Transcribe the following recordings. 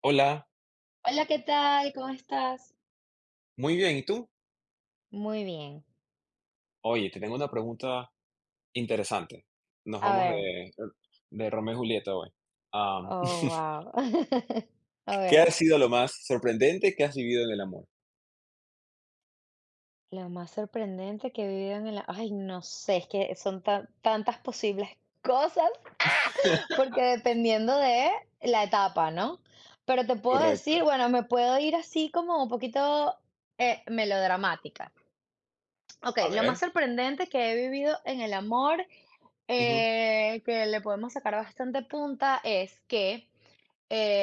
Hola. Hola, ¿qué tal? ¿Cómo estás? Muy bien, ¿y tú? Muy bien. Oye, te tengo una pregunta interesante. Nos A vamos ver, de Romeo y Julieta hoy. Am, oh, wow. A ¿Qué ver, ha sido lo más sorprendente que has vivido en el amor? lo más sorprendente que he vivido en la... Ay, no sé, es que son tantas posibles cosas, porque dependiendo de la etapa, ¿no? Pero te puedo Correcto. decir, bueno, me puedo ir así como un poquito melodramática. Ok, A lo más ver. sorprendente que he vivido en el amor, Ujú, que le podemos sacar bastante punta, es que...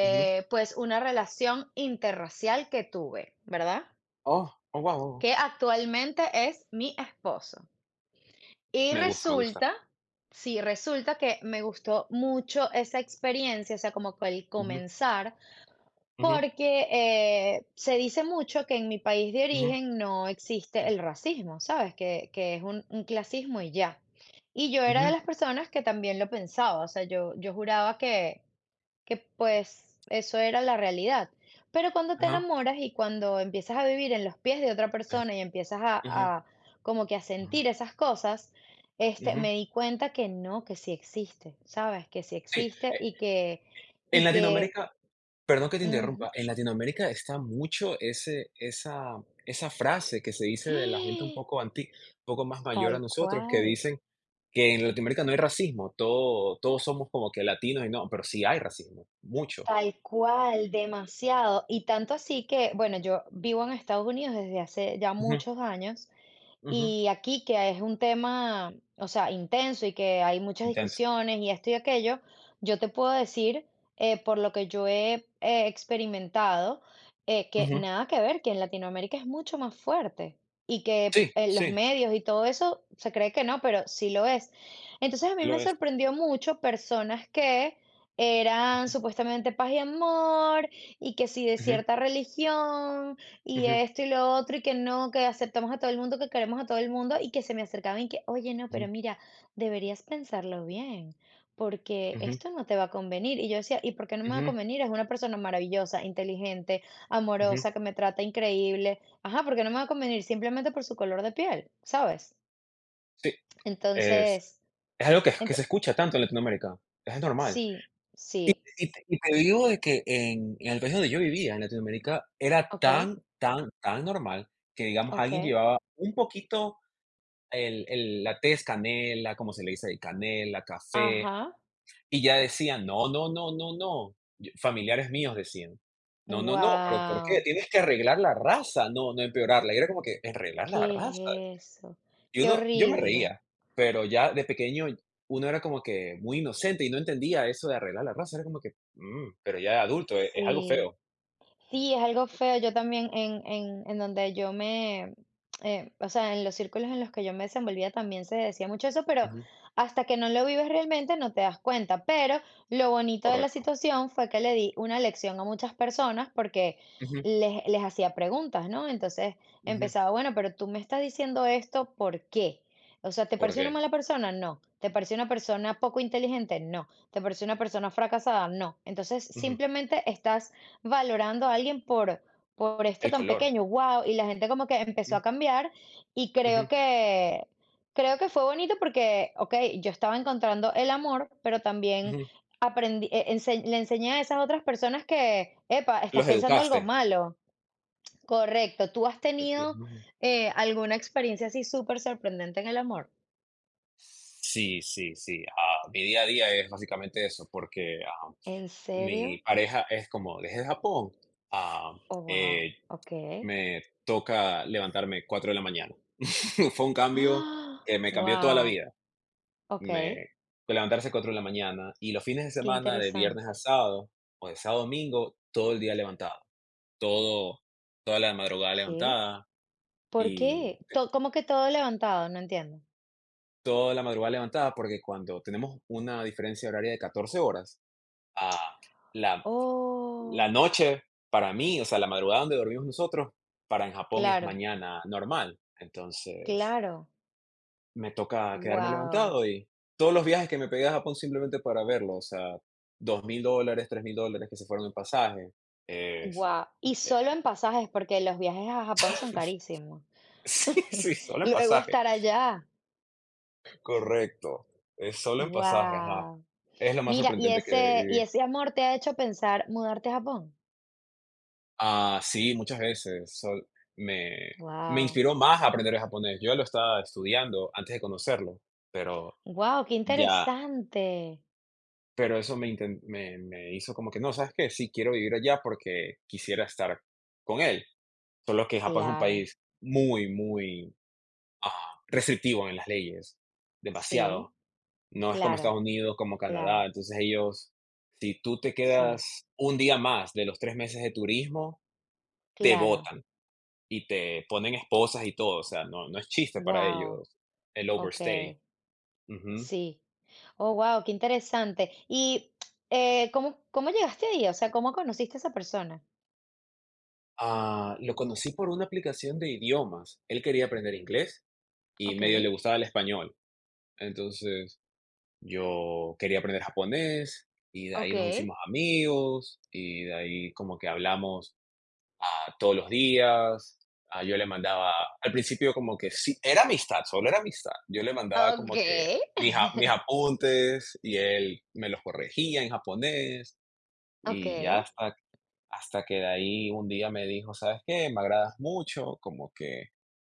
ujú. pues una relación interracial que tuve, ¿verdad? Oh, oh, wow. Que actualmente es mi esposo. Y Me gusta, me gusta. resulta, sí, resulta que me gustó mucho esa experiencia, o sea, como que el Ujú, comenzar, ujú, porque se dice mucho que en mi país de ujú, origen no existe ujú, el racismo, ¿sabes? Que es un clasismo y ya. Y yo era de ujú, las personas que también lo pensaba, o sea, yo juraba que, pues eso era la realidad. Pero cuando te ajá, enamoras y cuando empiezas a vivir en los pies de otra ajá, persona y empiezas a, ujú, a como que a ujú, sentir esas cosas, ujú. me di cuenta que no, que sí existe, ¿sabes? Que sí Sí. existe eh, y que, en y que, Latinoamérica Perdón que te ujú. interrumpa, en Latinoamérica está mucho ese esa esa frase que se dice de la gente un poco más mayor Tal a nosotros, que cual, dicen que en Latinoamérica no hay racismo, todos somos como que latinos y no, pero sí hay racismo, mucho. tal cual, demasiado. Y tanto así que, bueno, yo vivo en Estados Unidos desde hace ya Ujú, muchos años. ujú, Y aquí, que es un tema, o sea, intenso y que hay muchas intenso. discusiones y esto y aquello, yo te puedo decir, por lo que yo he experimentado, que Ujú. nada que ver, que en Latinoamérica es mucho más fuerte y que Sí, los sí, medios y todo eso se cree que no, pero sí lo es. Entonces a mí sí me lo es. sorprendió mucho personas que eran Ujú, supuestamente paz y amor y que sí de ujú, cierta religión y ujú, esto y lo otro, y que no, que aceptamos a todo el mundo, que queremos a todo el mundo, y que se me acercaban y que, oye, no, pero ujú, mira, deberías pensarlo bien, porque ujú, esto no te va a convenir. Y yo decía, ¿y por qué no me va a ujú, convenir? Es una persona maravillosa, inteligente, ujú. amorosa, que me trata increíble. Ajá, ¿por qué no me va a convenir? Simplemente por su color de piel, ¿sabes? Sí, es Entonces, es algo que ento- se escucha tanto en Latinoamérica, es normal. sí, sí, Y te digo de que en el país donde yo vivía, en Latinoamérica, era ok, tan, tan, tan normal que, digamos, ok, alguien llevaba un poquito el la tez canela, como se le dice ahí, canela, café, ajá, y ya decían: "No, no, no, no, no". Y familiares míos decían: "No, no, no, ¿pero por qué? wow, Tienes que arreglar la raza, no empeorarla". Y era como que, ¿arreglar la raza? ¿qué es eso? Y Qué uno yo me horrible. reía, pero ya de pequeño uno era como que muy inocente y no entendía eso de arreglar la raza, era como que, pero ya de adulto es algo Sí. feo. Sí, es algo feo. Yo también en donde yo me, o sea, en los círculos en los que yo me desenvolvía también se decía mucho eso, pero Ujú, hasta que no lo vives realmente no te das cuenta. Pero lo bonito de la correcto. situación fue que le di una lección a muchas personas porque Ujú, les hacía preguntas, ¿no? Entonces ujú. empezaba, bueno, pero tú me estás diciendo esto, ¿por qué? O sea, ¿te ¿Por pareció una qué? mala persona? No. ¿Te pareció una persona poco inteligente? No. ¿Te pareció una persona fracasada? No. Entonces Ujú, simplemente estás valorando a alguien por esto el tan color. pequeño, wow, y la gente como que empezó Mm, a cambiar y creo ujú, que, creo que fue bonito porque, ok, yo estaba encontrando el amor, pero también ujú. aprendí, le enseñé a esas otras personas que, epa, estás Los pensando algo educaste. malo, correcto, tú has tenido Ujú. Alguna experiencia así súper sorprendente en el amor, Sí, sí, sí. Mi día a día es básicamente eso, porque ¿en mi serio? pareja es, como, desde Japón. Ah, Oh, wow, eh, ok. me toca levantarme 4 de la mañana. Fue un cambio ¡Ah! que me cambió toda la Wow, vida. Me ok, Levantarse 4 de la mañana y los fines de qué semana, de viernes interesante. a sábado o de sábado a domingo, todo el día levantado, todo, toda la madrugada ¿Qué? levantada ¿Por qué? y To ¿Cómo que todo levantado? No entiendo. toda la madrugada levantada, porque cuando tenemos una diferencia horaria de 14 horas, a la, la Oh, noche para mí, o sea, la madrugada donde dormimos nosotros, para en Japón es claro, mañana normal. Entonces, claro. me toca quedarme Wow, levantado, y todos los viajes que me pegué a Japón simplemente para verlo, o sea, $2.000, $3.000 que se fueron en pasaje. Es guau. Y eh, solo en pasajes, porque los viajes a Japón son carísimos. sí, sí, solo en Luego pasaje, estar allá. correcto, es solo en pasaje, ajá. Wow. Es lo más Mira, y sorprendente que ese y viví. ese amor te ha hecho pensar mudarte a Japón. Sí, muchas veces, sol me me Wow. inspiró más a aprender el japonés. Yo ya lo estaba estudiando antes de conocerlo, pero Wow, qué ya interesante. pero eso me inten me me hizo como que no, ¿sabes qué? Sí, quiero vivir allá porque quisiera estar con él. Solo que Japón es un Claro, país muy, muy restrictivo en las leyes, demasiado. sí, No es como claro, Estados Unidos, como Canadá. claro, Entonces ellos, si tú te sí, quedas un día más de los 3 meses de turismo, te claro. botan y te ponen esposas y todo. O sea, no, no es chiste para Wow. ellos el overstay. Okey, Ujú. sí. Oh, wow, qué interesante. ¿Y cómo llegaste ahí? O sea, ¿cómo conociste a esa persona? Lo conocí por una aplicación de idiomas. Él quería aprender inglés y Ok, medio le gustaba el español. Entonces yo quería aprender japonés y de ok, ahí nos hicimos amigos y de ahí como que hablamos, todos los días. Yo le mandaba, al principio como que sí, era amistad, solo era amistad. Yo le mandaba ok, como que mis a mis apuntes y él me los corregía en japonés ok. y ya hasta que de ahí un día me dijo: "¿Sabes qué? Me agradas mucho". Como que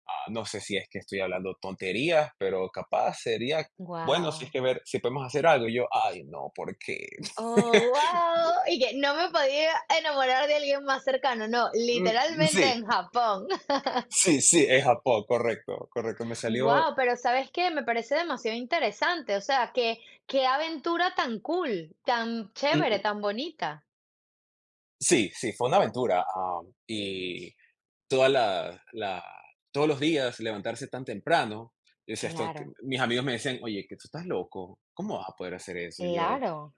No sé si es que estoy hablando tonterías, pero capaz sería bueno si es Wow. que ver si podemos hacer algo. Y yo, ay, no, ¿por qué? Oh, wow. Y que no me podía enamorar de alguien más cercano, no, Mm, literalmente sí, en Japón. sí, sí, es Japón, correcto, correcto. Me salió, Wow, pero ¿sabes qué? Me parece demasiado interesante. O sea, que qué aventura tan cool, tan mm, chévere, mm, tan bonita. sí, sí, fue una aventura. Y toda la, la- todos los días levantarse tan temprano. Yo decía, Claro, mis amigos me decían, oye, que tú estás loco, ¿cómo vas a poder hacer eso? Y yo, claro.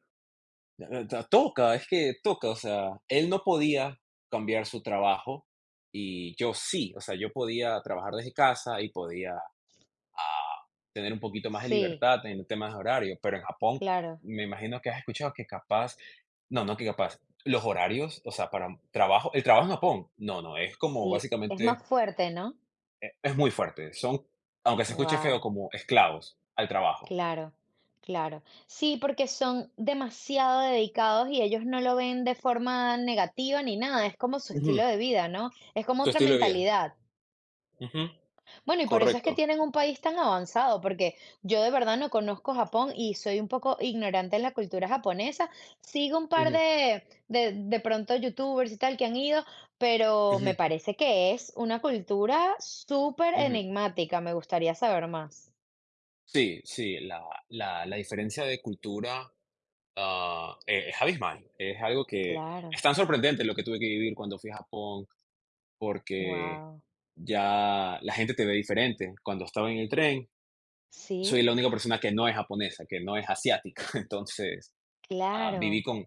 Toca, es que toca, o sea, él no podía cambiar su trabajo y yo sí, o sea, yo podía trabajar desde casa y podía ah, tener un poquito más de Sí, libertad en temas de horario, pero en Japón claro. me imagino que has escuchado que capaz, no, no que capaz, los horarios, o sea, para trabajo, el trabajo en Japón, no, no, es como Sí, es más básicamente, fuerte, ¿no? es muy fuerte, son, aunque se escuche feo, Wow, como esclavos al trabajo. claro, claro. Sí, porque son demasiado dedicados y ellos no lo ven de forma negativa ni nada, es como su Ujú, estilo de vida, ¿no? Es como su otra estilo de vida. mentalidad. Ujú, Bueno, y por eso es que correcto. tienen un país tan avanzado, porque yo de verdad no conozco Japón y soy un poco ignorante en la cultura japonesa. Sigo un par Ujú, de pronto youtubers y tal que han ido, pero me ujú, parece que es una cultura súper ujú. enigmática. Me gustaría saber más. Sí, sí, la diferencia de cultura es abismal. Es algo que, Claro, es tan sorprendente lo que tuve que vivir cuando fui a Japón, porque wow. ya la gente te ve diferente. Cuando estaba en el tren, soy Sí, la única persona que no es japonesa, que no es asiática. Entonces, ah, viví claro. con,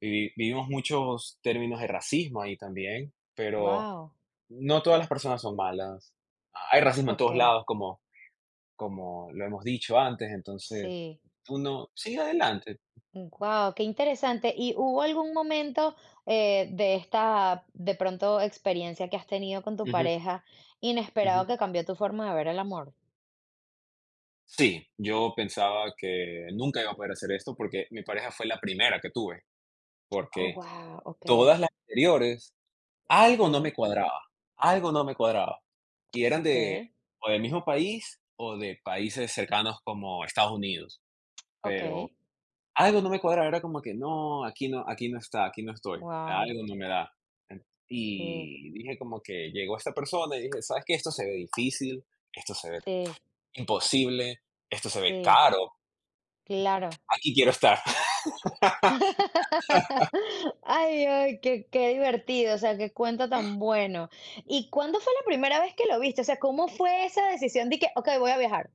vivimos muchos términos de racismo ahí también, pero Wow. no todas las personas son malas. Hay racismo en todos Okey. lados, como lo hemos dicho antes, entonces Sí. uno sigue adelante. Wow. Qué interesante. ¿Y hubo algún momento, de esta, de pronto, experiencia que has tenido con tu Ujú, pareja, ujú. inesperado que cambió tu forma de ver el amor? Sí, yo pensaba que nunca iba a poder hacer esto porque mi pareja fue la primera que tuve, Oh, porque wow. Okey. todas las anteriores, algo no Sí, me cuadraba, algo no me cuadraba. Y eran de okey, o del mismo país o de países cercanos como Estados Unidos, pero okey. algo no me cuadraba, era como que no, aquí no está, aquí no estoy, Wow. algo no me da. En Sí, Y dije como que llegó esta persona y dije: "¿Sabes qué? Esto se ve difícil, esto se ve sí, imposible, esto se ve sí, caro, claro. aquí quiero estar". Ay, ay, qué, qué divertido, o sea, qué cuento tan bueno. ¿Y cuándo fue la primera vez que lo viste? O sea, ¿cómo fue esa decisión de que, ok, voy a viajar?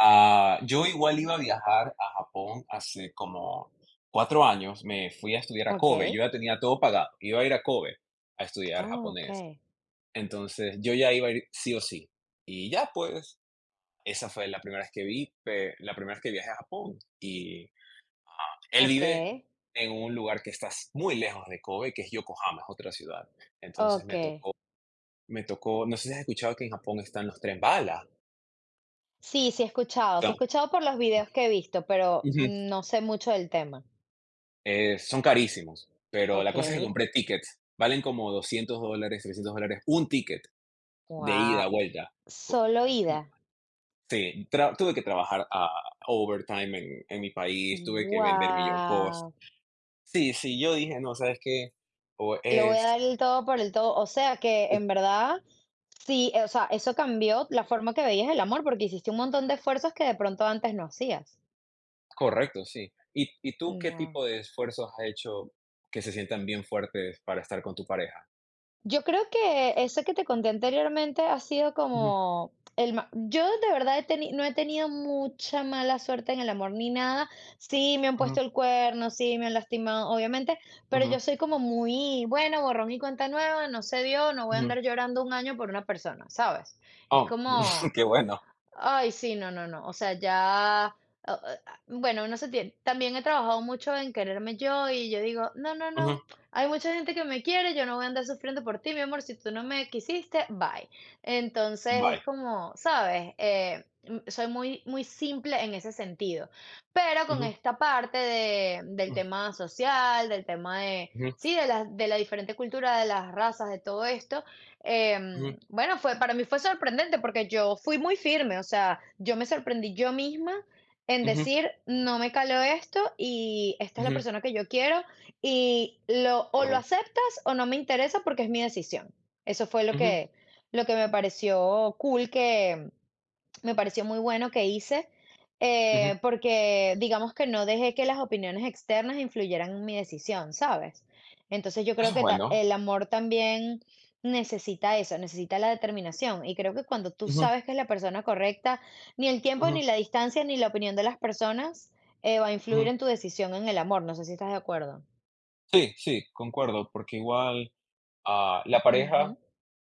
Yo igual iba a viajar a Japón hace como 4 años, me fui a estudiar a Ok, Kobe, yo ya tenía todo pagado, iba a ir a Kobe a estudiar oh, japonés. ok, Entonces, yo ya iba a ir sí o sí. Y ya, pues, esa fue la primera vez que la primera vez que viajé a Japón. Y él ok, vive en un lugar que está muy lejos de Kobe, que es Yokohama, es otra ciudad. Entonces ok. me tocó, no sé si has escuchado que en Japón están los tren bala. Sí, sí he Tan- escuchado por los videos que he visto, pero Ujú. no sé mucho del tema. Son carísimos, pero la Ok, cosa es que compré tickets. Valen como $200, $300, un ticket de wow, ida, vuelta. Co- solo ida. Sí, tuve que trabajar a overtime en mi país, tuve que vender millón cosas. Wow. Sí, sí, yo dije: "No, ¿sabes qué?". O Le voy a es dar el todo por el todo. O sea que eh, en verdad, sí, o sea, eso cambió la forma que veías el amor, porque hiciste un montón de esfuerzos que de pronto antes no hacías. correcto, sí. ¿Y tú qué Wow. tipo de esfuerzos has hecho que se sientan bien fuertes para estar con tu pareja? Yo creo que eso que te conté anteriormente ha sido Ujú, como el yo de verdad no he tenido mucha mala suerte en el amor ni nada. Sí, me han ujú, puesto el cuerno, sí, me han lastimado, obviamente, pero yo ujú, soy como muy, bueno, borrón y cuenta nueva, no se dio, no voy a ujú. andar llorando un año por una persona, ¿sabes? Es Oh, como, qué bueno. ay, sí, no, no, no. O sea, ya, o- o- bueno, no sé, también he trabajado mucho en quererme yo y yo digo, no, no, Ujú. no, hay mucha gente que me quiere, yo no voy a andar sufriendo por ti, mi amor, si tú no me quisiste, bye. Entonces es Bye. como, ¿sabes? Soy muy, muy simple en ese sentido, pero con Ujú, esta parte de, del mm, tema social, del tema de, ujú, sí, de la, diferente cultura, de las razas, de todo esto eh, ujú, bueno, fue, para mí fue sorprendente porque yo fui muy firme, o sea, yo me sorprendí yo misma en ujú, decir, no me caló esto y esta es la ujú. persona que yo quiero y o lo Correcto. aceptas o no me interesa porque es mi decisión. Eso fue lo Ujú, que, lo que me pareció cool me pareció muy bueno que hice, ujú. Porque digamos que no dejé que las opiniones externas influyeran en mi decisión, ¿sabes? Entonces yo creo Eso es que bueno. el amor también necesita eso, necesita la determinación. Y creo que cuando tú Ujú, sabes que es la persona correcta, ni el tiempo, ujú, ni la distancia, ni la opinión de las personas va a influir ujú. en tu decisión en el amor. No sé si estás de acuerdo. Sí, sí, concuerdo, porque igual, la pareja Ujú,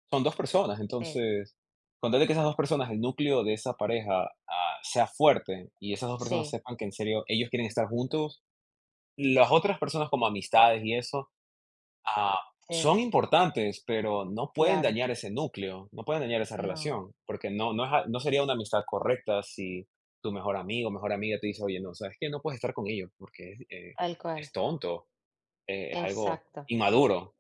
son 2 personas, sí, entonces, con tal de que esas 2 personas, el núcleo de esa pareja, sea fuerte, y esas dos personas sí, sepan que en serio ellos quieren estar juntos, las otras personas como amistades y eso, ah, son sí, importantes, pero no pueden claro. dañar ese núcleo, no pueden dañar esa No, relación, porque no no es a no sería una amistad correcta si tu mejor amigo, o mejor amiga, te dice: "Oye, no, ¿sabes que no puedes estar con ellos? Porque, tal cual. es tonto, es algo Exacto. inmaduro".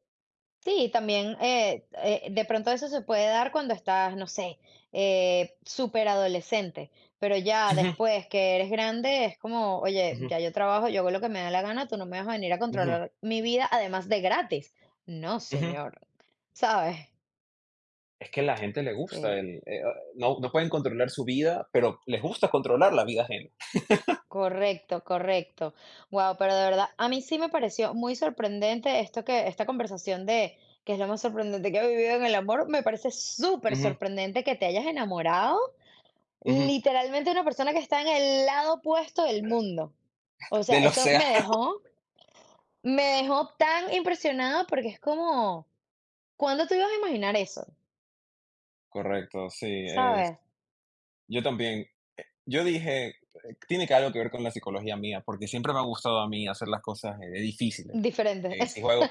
Sí, también de pronto eso se puede dar cuando estás, no sé, súper adolescente, pero ya Ujú, después que eres grande es como, oye, ujú, ya yo trabajo, yo hago lo que me da la gana, tú no me vas a venir a ujú, controlar mi vida, además de gratis. No, ujú. señor, ¿sabes? Es que la gente le Sí, gusta el, ah, no no pueden controlar su vida, pero les gusta controlar la vida ajena. correcto, correcto. Wow, pero de verdad, a mí sí me pareció muy sorprendente esto que, esta conversación de que es lo más sorprendente que he vivido en el amor, me parece súper Ujú, sorprendente que te hayas enamorado ujú, literalmente una persona que está en el lado opuesto del mundo. O sea, del eso océano. Me dejó tan impresionada porque es como, ¿cuándo tú ibas a imaginar eso? Correcto, sí, es ¿Sabes? yo también. Yo dije, tiene que algo que ver con la psicología mía, porque siempre me ha gustado a mí hacer las cosas, difíciles. Diferente. Eh, si juego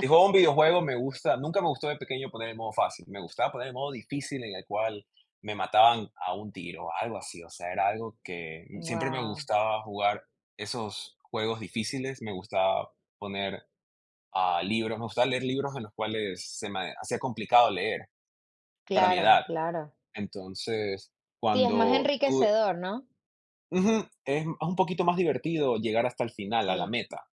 Si juego un videojuego, me gusta, nunca me gustó de pequeño poner el modo fácil, me gustaba poner el modo difícil en el cual me mataban a un tiro, algo así, o sea, era algo que siempre me Wow. gustaba, jugar esos juegos difíciles, me gustaba poner, libros, me gustaba leer libros en los cuales se me hacía complicado leer para mi Claro, edad. claro. Entonces, Sí, es más cuando tuve, enriquecedor, ¿no? ujú, es un poquito más divertido llegar hasta el final, a la Sí, meta,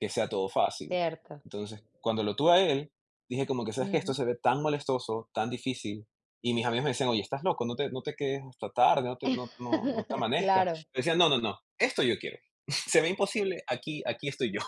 que sea todo fácil. cierto. Entonces, cuando lo tuve a él, dije como que, ¿sabes qué? Esto Ujú. se ve tan molestoso, tan difícil. Y mis amigos me decían, oye, estás loco, no te quedes hasta tarde, no te, no, no, no te amanezcas. Claro. Me decían, no, no, no, esto yo quiero. Se ve imposible, aquí estoy yo.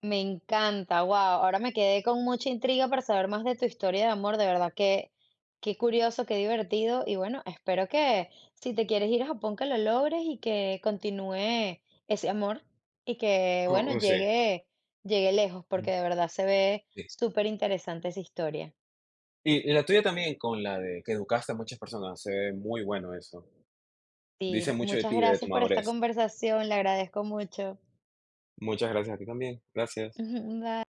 Me encanta, wow. Ahora me quedé con mucha intriga para saber más de tu historia de amor, de verdad que qué curioso, qué divertido. Y bueno, espero que si te quieres ir a Japón, que lo logres y que continúe ese amor y que, bueno, No sé. llegue, lejos, Ujú, porque de verdad se ve sí. súper interesante esa historia. Y la tuya también, con la de que educaste a muchas personas, se ve muy bueno eso. Dice Y mucho de muchas ti, de tu gracias por esta madurez. conversación, le agradezco mucho. Muchas gracias a ti también. Gracias. Bye.